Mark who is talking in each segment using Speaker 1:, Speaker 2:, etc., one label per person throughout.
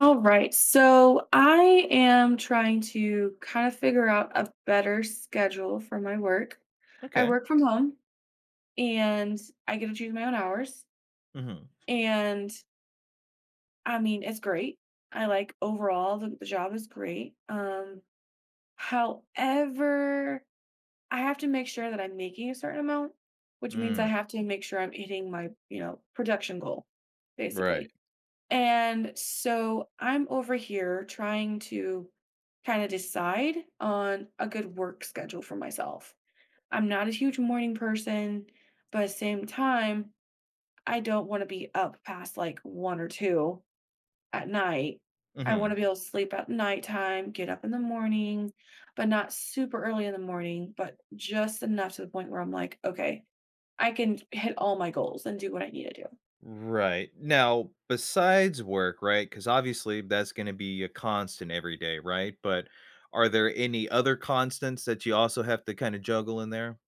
Speaker 1: All right. So I am trying to kind of figure out a better schedule for my work. I
Speaker 2: Okay.
Speaker 1: work from home and I get to choose my own hours.
Speaker 2: Mhm.
Speaker 1: And I mean, it's great. I like overall the job is great. However, I have to make sure that I'm making a certain amount, which means I
Speaker 2: Mm,
Speaker 1: have to make sure I'm hitting my production goal,
Speaker 2: right.
Speaker 1: basically. And so I'm over here trying to kind of decide on a good work schedule for myself. I'm not a huge morning person, but at the same time, I don't want to be up past like one or two at night. I want to
Speaker 2: Mhm.
Speaker 1: be able to sleep at nighttime, get up in the morning, but not super early in the morning, but just enough to the point where I'm like, okay, I can hit all my goals and do what I need to do.
Speaker 2: Right. Now, besides work, right? Because obviously that's going to be a constant every day, right? But are there any other constants that you also have to kind of juggle in there?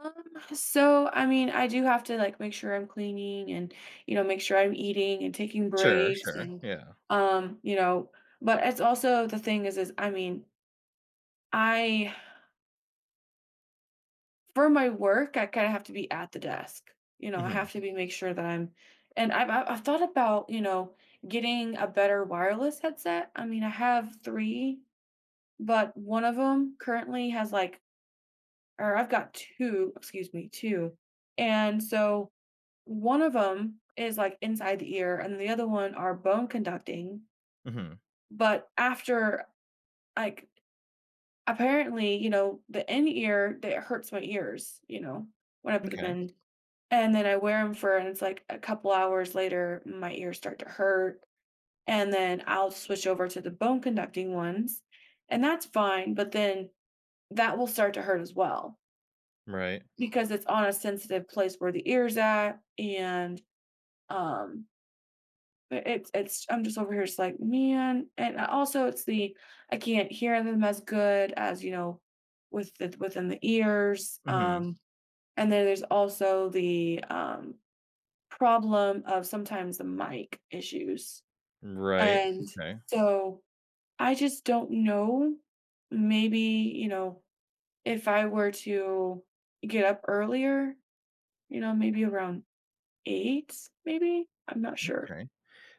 Speaker 1: Um, so I mean, I do have to like make sure I'm cleaning and make sure I'm eating and taking
Speaker 2: Sure,
Speaker 1: breaks
Speaker 2: sure.
Speaker 1: and
Speaker 2: Yeah.
Speaker 1: um, you know, but it's also the thing is I mean, I for my work, I kind of have to be at the desk. You know, I
Speaker 2: Mhm.
Speaker 1: have to be make sure that I'm, and I've thought about, you know, getting a better wireless headset. I mean, I have 3, but one of them currently has like, or I've got two, excuse me, two. And so one of them is, like, inside the ear, and the other one are bone conducting,
Speaker 2: Mhm.
Speaker 1: but after, like, apparently, the in-ear, that hurts my ears, when I put them
Speaker 2: Okay.
Speaker 1: in, and then I wear them for, and it's, like, a couple hours later, my ears start to hurt, and then I'll switch over to the bone conducting ones, and that's fine, but then that will start to hurt as well
Speaker 2: Right.
Speaker 1: because it's on a sensitive place where the ear's at. And, um, it's I'm just over here just like, "Man!" And also it's the I can't hear them as good as, with the within the ears.
Speaker 2: Mhm.
Speaker 1: And then there's also the problem of sometimes the mic issues.
Speaker 2: Right.
Speaker 1: And
Speaker 2: Okay.
Speaker 1: so I just don't know. Maybe, if I were to get up earlier, maybe around 8, maybe. I'm not sure.
Speaker 2: Okay.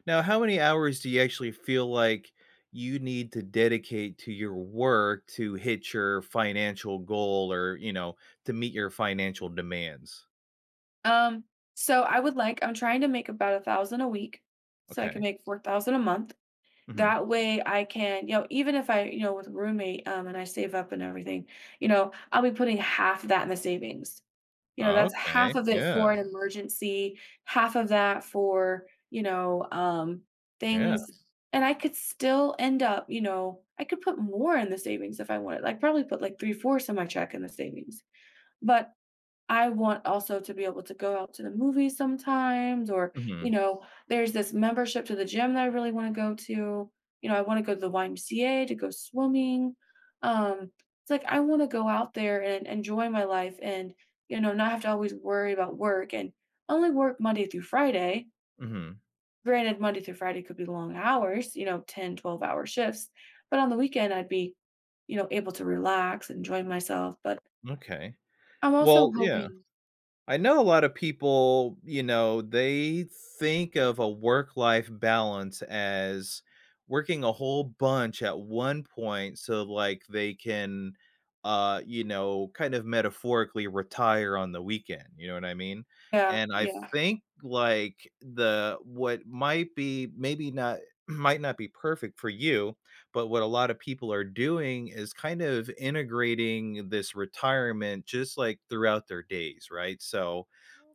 Speaker 2: Now, how many hours do you actually feel like you need to dedicate to your work to hit your financial goal or, you know, to meet your financial demands?
Speaker 1: Um, so I would like I'm trying to make about 1,000 a week, so I can
Speaker 2: Okay.
Speaker 1: make 4,000 a month.
Speaker 2: Mhm.
Speaker 1: That way I can, even if I, with a roommate, and I save up and everything, I'll be putting half of that in the savings. That's
Speaker 2: Okay.
Speaker 1: half of it for
Speaker 2: Yeah.
Speaker 1: an emergency, half of that for,
Speaker 2: Yeah.
Speaker 1: things, and I could still end up, I could put more in the savings if I wanted, like probably put like 3/4 of my check in the savings. But I want also to be able to go out to the movies sometimes, or,
Speaker 2: Mhm.
Speaker 1: there's this membership to the gym that I really want to go to. I want to go to the YMCA to go swimming. Um, it's like I want to go out there and enjoy my life and, not have to always worry about work and only work Monday through Friday.
Speaker 2: Mhm.
Speaker 1: Granted, Monday through Friday could be long hours, 10, 12 hour shifts. But on the weekend, I'd be, able to relax, enjoy myself. But
Speaker 2: Okay.
Speaker 1: I'm also
Speaker 2: Well, yeah.
Speaker 1: hoping.
Speaker 2: I know a lot of people, you know, they think of a work life balance as working a whole bunch at one point, so like they can you know, kind of metaphorically retire on the weekend, you know what I mean?
Speaker 1: Yeah,
Speaker 2: And I
Speaker 1: yeah.
Speaker 2: think like the what might be maybe not might not be perfect for you, but what a lot of people are doing is kind of integrating this retirement just like throughout their days, right? So,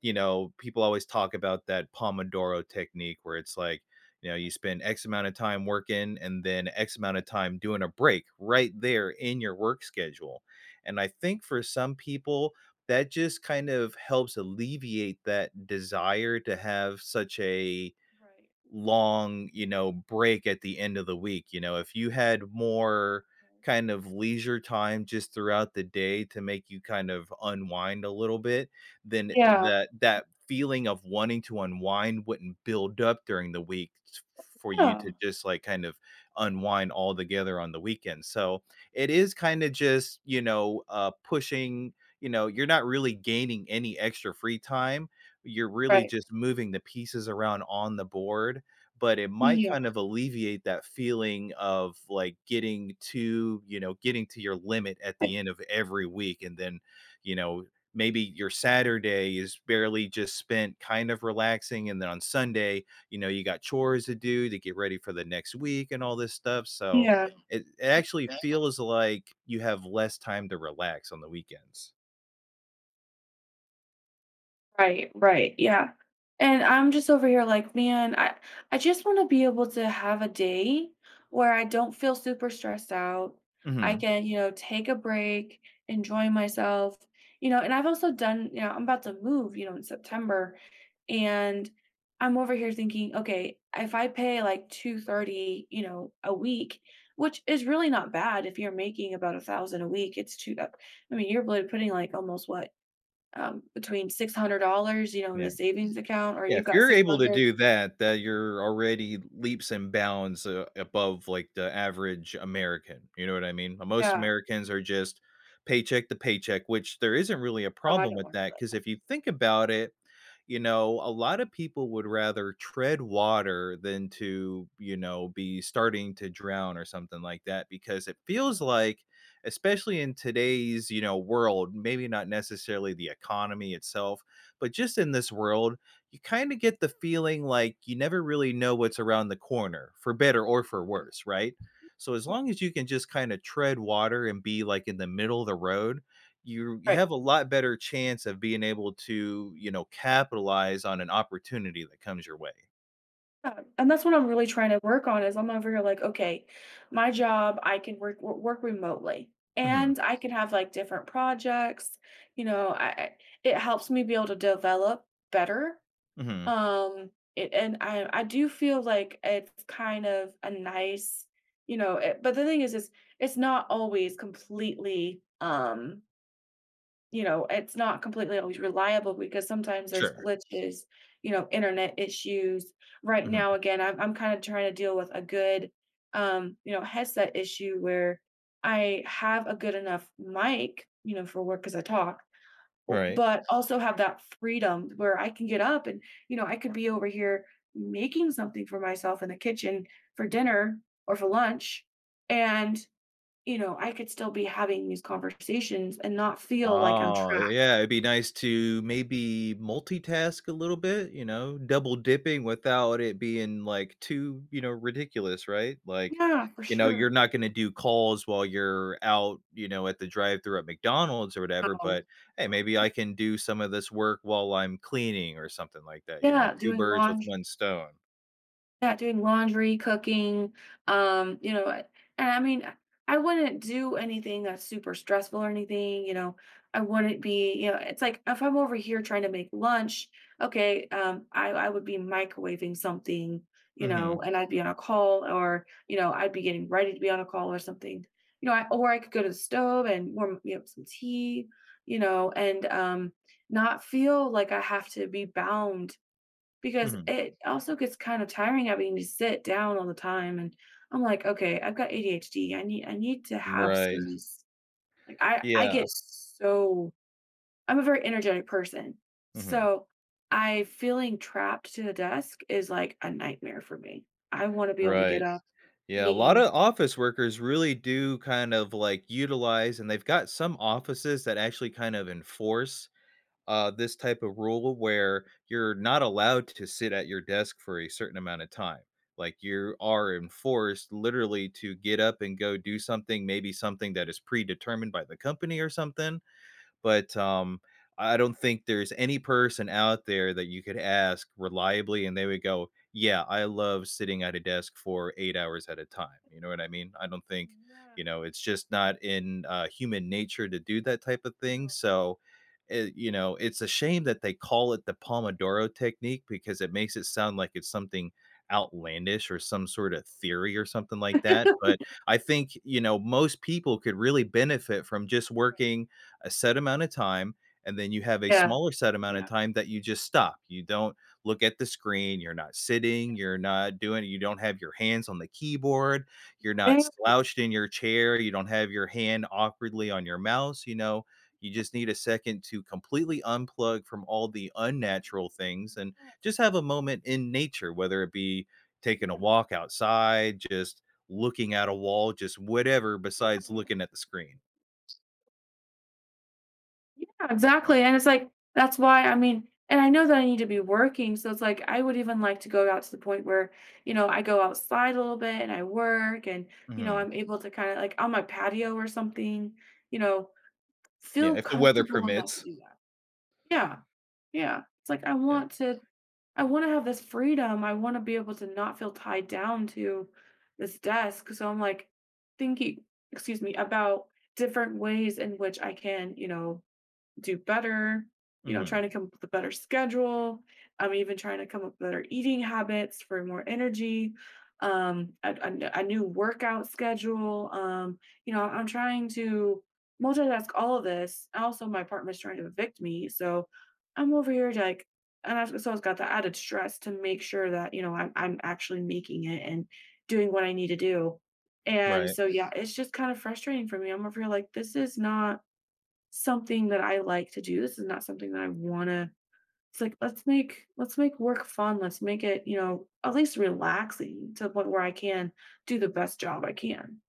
Speaker 2: you know, people always talk about that Pomodoro technique, where it's like, you know, you spend X amount of time working, and then X amount of
Speaker 1: Right,
Speaker 2: time doing a break right there in your work schedule. And I think for some people, that just kind of helps alleviate that desire to have such a
Speaker 1: right,
Speaker 2: long, you know, break at the end of the week. You know, if you had more
Speaker 1: right.
Speaker 2: kind of leisure time just throughout the day to make you kind of unwind a little bit, then
Speaker 1: Yeah,
Speaker 2: that feeling of wanting to unwind wouldn't build up during the week for you
Speaker 1: yeah,
Speaker 2: to just like kind of unwind all together on the weekend. So it is kind of just, you know, pushing, you know, you're not really gaining any extra free time, you're really
Speaker 1: right.
Speaker 2: just moving the pieces around on the board, but it might
Speaker 1: Yeah,
Speaker 2: kind of alleviate that feeling of, like, getting to you know, getting to your limit at the
Speaker 1: right,
Speaker 2: end of every week, and then, you know, maybe your Saturday is barely just spent kind of relaxing, and then on Sunday, you know, you got chores to do to get ready for the next week and all this stuff, so
Speaker 1: yeah,
Speaker 2: it actually feels like you have less time to relax on the weekends.
Speaker 1: right, right, yeah, and I'm just over here like, "Man, I just wanna be able to have a day where I don't feel super stressed out. I
Speaker 2: Mhm.
Speaker 1: can, take a break, enjoy myself," you know, and I've also done, I'm about to move, in September. And I'm over here thinking, okay, if I pay like 230, a week, which is really not bad. If you're making about 1,000 a week, it's two up. I mean, you're really putting like almost what, between $600, in the savings account, or
Speaker 2: Yeah,
Speaker 1: you've
Speaker 2: if
Speaker 1: got
Speaker 2: you're
Speaker 1: six
Speaker 2: able to
Speaker 1: hundred.
Speaker 2: do that, that you're already leaps and bounds above like the average American. You know what I mean? Most
Speaker 1: Yeah.
Speaker 2: Americans are just paycheck to paycheck, which there isn't really a
Speaker 1: Oh, I
Speaker 2: problem
Speaker 1: don't
Speaker 2: with
Speaker 1: want to be
Speaker 2: that,
Speaker 1: like
Speaker 2: because
Speaker 1: that.
Speaker 2: if you think about it, you know, a lot of people would rather tread water than to, you know, be starting to drown or something like that, because it
Speaker 1: Yeah.
Speaker 2: feels like, especially in today's, you know, world, maybe not necessarily the economy itself, but just in this world, you kind of get the feeling like you never really know what's around the corner, for better or for worse, right? So as long as you can just kind of tread water and be like in the middle of the road, you
Speaker 1: Right.
Speaker 2: have a lot better chance of being able to, you know, capitalize on an opportunity that comes your way.
Speaker 1: Yeah, and that's what I'm really trying to work on. Is I'm over here like, okay, my job, I can work remotely,
Speaker 2: Mhm,
Speaker 1: and I can have like different projects. You know, I it helps me be able to develop better.
Speaker 2: mhm,
Speaker 1: And I do feel like it's kind of a nice, but the thing is it's not always completely, it's not completely always reliable because sometimes there's
Speaker 2: sure,
Speaker 1: glitches, internet issues. Right
Speaker 2: mhm,
Speaker 1: now, again, I'm kind of trying to deal with a good, headset issue where I have a good enough mic, for work because I talk,
Speaker 2: right.
Speaker 1: but also have that freedom where I can get up and, I could be over here making something for myself in the kitchen for dinner or for lunch. And, I could still be having these conversations and not feel like I'm
Speaker 2: Oh,
Speaker 1: trapped.
Speaker 2: yeah, it'd be nice to maybe multitask a little bit, you know, double dipping without it being, like, too, you know, ridiculous, right? Like,
Speaker 1: Yeah, for
Speaker 2: you know, you're
Speaker 1: sure.
Speaker 2: not gonna do calls while you're out, you know, at the drive-through at McDonald's or whatever,
Speaker 1: No,
Speaker 2: but, "Hey,
Speaker 1: no.
Speaker 2: maybe I can do some of this work while I'm cleaning," or something like that, you know?
Speaker 1: Yeah,
Speaker 2: 2
Speaker 1: doing
Speaker 2: birds with
Speaker 1: lawn
Speaker 2: 1 stone.
Speaker 1: not doing laundry, cooking, um, you know, I- and I mean, I wouldn't do anything that's super stressful or anything. I wouldn't be, it's like if I'm over here trying to make lunch, okay, I would be microwaving something,
Speaker 2: Mhm,
Speaker 1: and I'd be on a call, or, I'd be getting ready to be on a call or something. Or I could go to the stove and warm me up some tea, you know, and not feel like I have to be bound, because
Speaker 2: mhm.
Speaker 1: it also gets kind of tiring having to sit down all the time, and I'm like, "Okay, I've got ADHD, I need to have some
Speaker 2: Right.
Speaker 1: of this." Like, I
Speaker 2: Yeah.
Speaker 1: get so I'm a very energetic person,
Speaker 2: Mhm.
Speaker 1: so I feeling trapped to the desk is, like, a nightmare for me. I wanna be able to get
Speaker 2: Right.
Speaker 1: up,
Speaker 2: Yeah, a lot
Speaker 1: clean
Speaker 2: of office workers really do kind of like utilize, and they've got some offices that actually kind of enforce this type of rule where you're not allowed to sit at your desk for a certain amount of time. Like you are enforced literally to get up and go do something, maybe something that is predetermined by the company or something, but I don't think there's any person out there that you could ask reliably, and they would go, "Yeah, I love sitting at a desk for 8 hours at a time." You know what I mean? I don't think
Speaker 1: yeah,
Speaker 2: you know it's just not in human nature to do that type of thing.
Speaker 1: no,
Speaker 2: So it, you know, it's a shame that they call it the Pomodoro technique, because it makes it sound like it's something outlandish or some sort of theory or something like that. But I think, you know, most people could really benefit from just
Speaker 1: right.
Speaker 2: working a set amount of time, and then you have a
Speaker 1: Yeah,
Speaker 2: smaller set amount of
Speaker 1: yeah.
Speaker 2: time that you just stop. You don't look at the screen, you're not sitting, you're not doing you don't have your hands on the keyboard, you're not
Speaker 1: Yeah.
Speaker 2: slouched in your chair, you don't have your hand awkwardly on your mouse, you know, you just need a second to completely unplug from all the unnatural things and just
Speaker 1: Yes,
Speaker 2: have a moment in nature, whether it be taking a
Speaker 1: yeah,
Speaker 2: walk outside, just looking at a wall, just whatever besides
Speaker 1: yeah.
Speaker 2: looking at the screen.
Speaker 1: Yeah, exactly, and it's like, that's why I mean, and I know that I need to be working, so it's like, I would even like to go out to the point where, I go outside a little bit and I work, and,
Speaker 2: Mhm.
Speaker 1: I'm able to kinda like on my patio or something, you know, feel
Speaker 2: Yeah, if the weather
Speaker 1: comfortable enough to
Speaker 2: permits.
Speaker 1: do that. Yeah. Yeah. It's like I
Speaker 2: Yeah.
Speaker 1: want to I wanna have this freedom. I wanna be able to not feel tied down to this desk. So I'm like thinking, excuse me, about different ways in which I can, do better,
Speaker 2: Mhm.
Speaker 1: trying to come up with a better schedule. I'm even trying to come up with better eating habits for more energy. A new workout schedule. I'm trying to multitask all of this. Also, my partner's trying to evict me, so I'm over here like, so it's got the added stress to make sure that I'm actually making it and doing what I need to do. And
Speaker 2: Right,
Speaker 1: so yeah, it's just kind of frustrating for me. I'm over here like, this is not something that I like to do. This is not something that I want to. It's like, let's make work fun. Let's make it, at least relaxing, to the point where I can do the best job I can.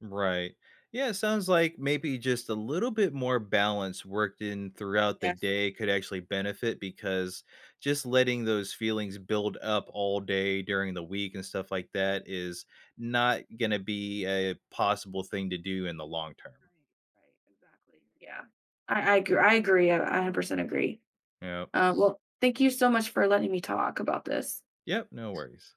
Speaker 2: right. Yeah, it sounds like maybe just a little bit more balance worked in throughout the
Speaker 1: Yes.
Speaker 2: day could actually benefit, because just letting those feelings build up all day during the week and stuff like that is not gonna be a possible thing to do in the long term.
Speaker 1: Right. Right. Exactly. Yeah, I agree. I agree. I 100% agree.
Speaker 2: Yep.
Speaker 1: Well, thank you so much for letting me talk about this.
Speaker 2: Yep, no worries.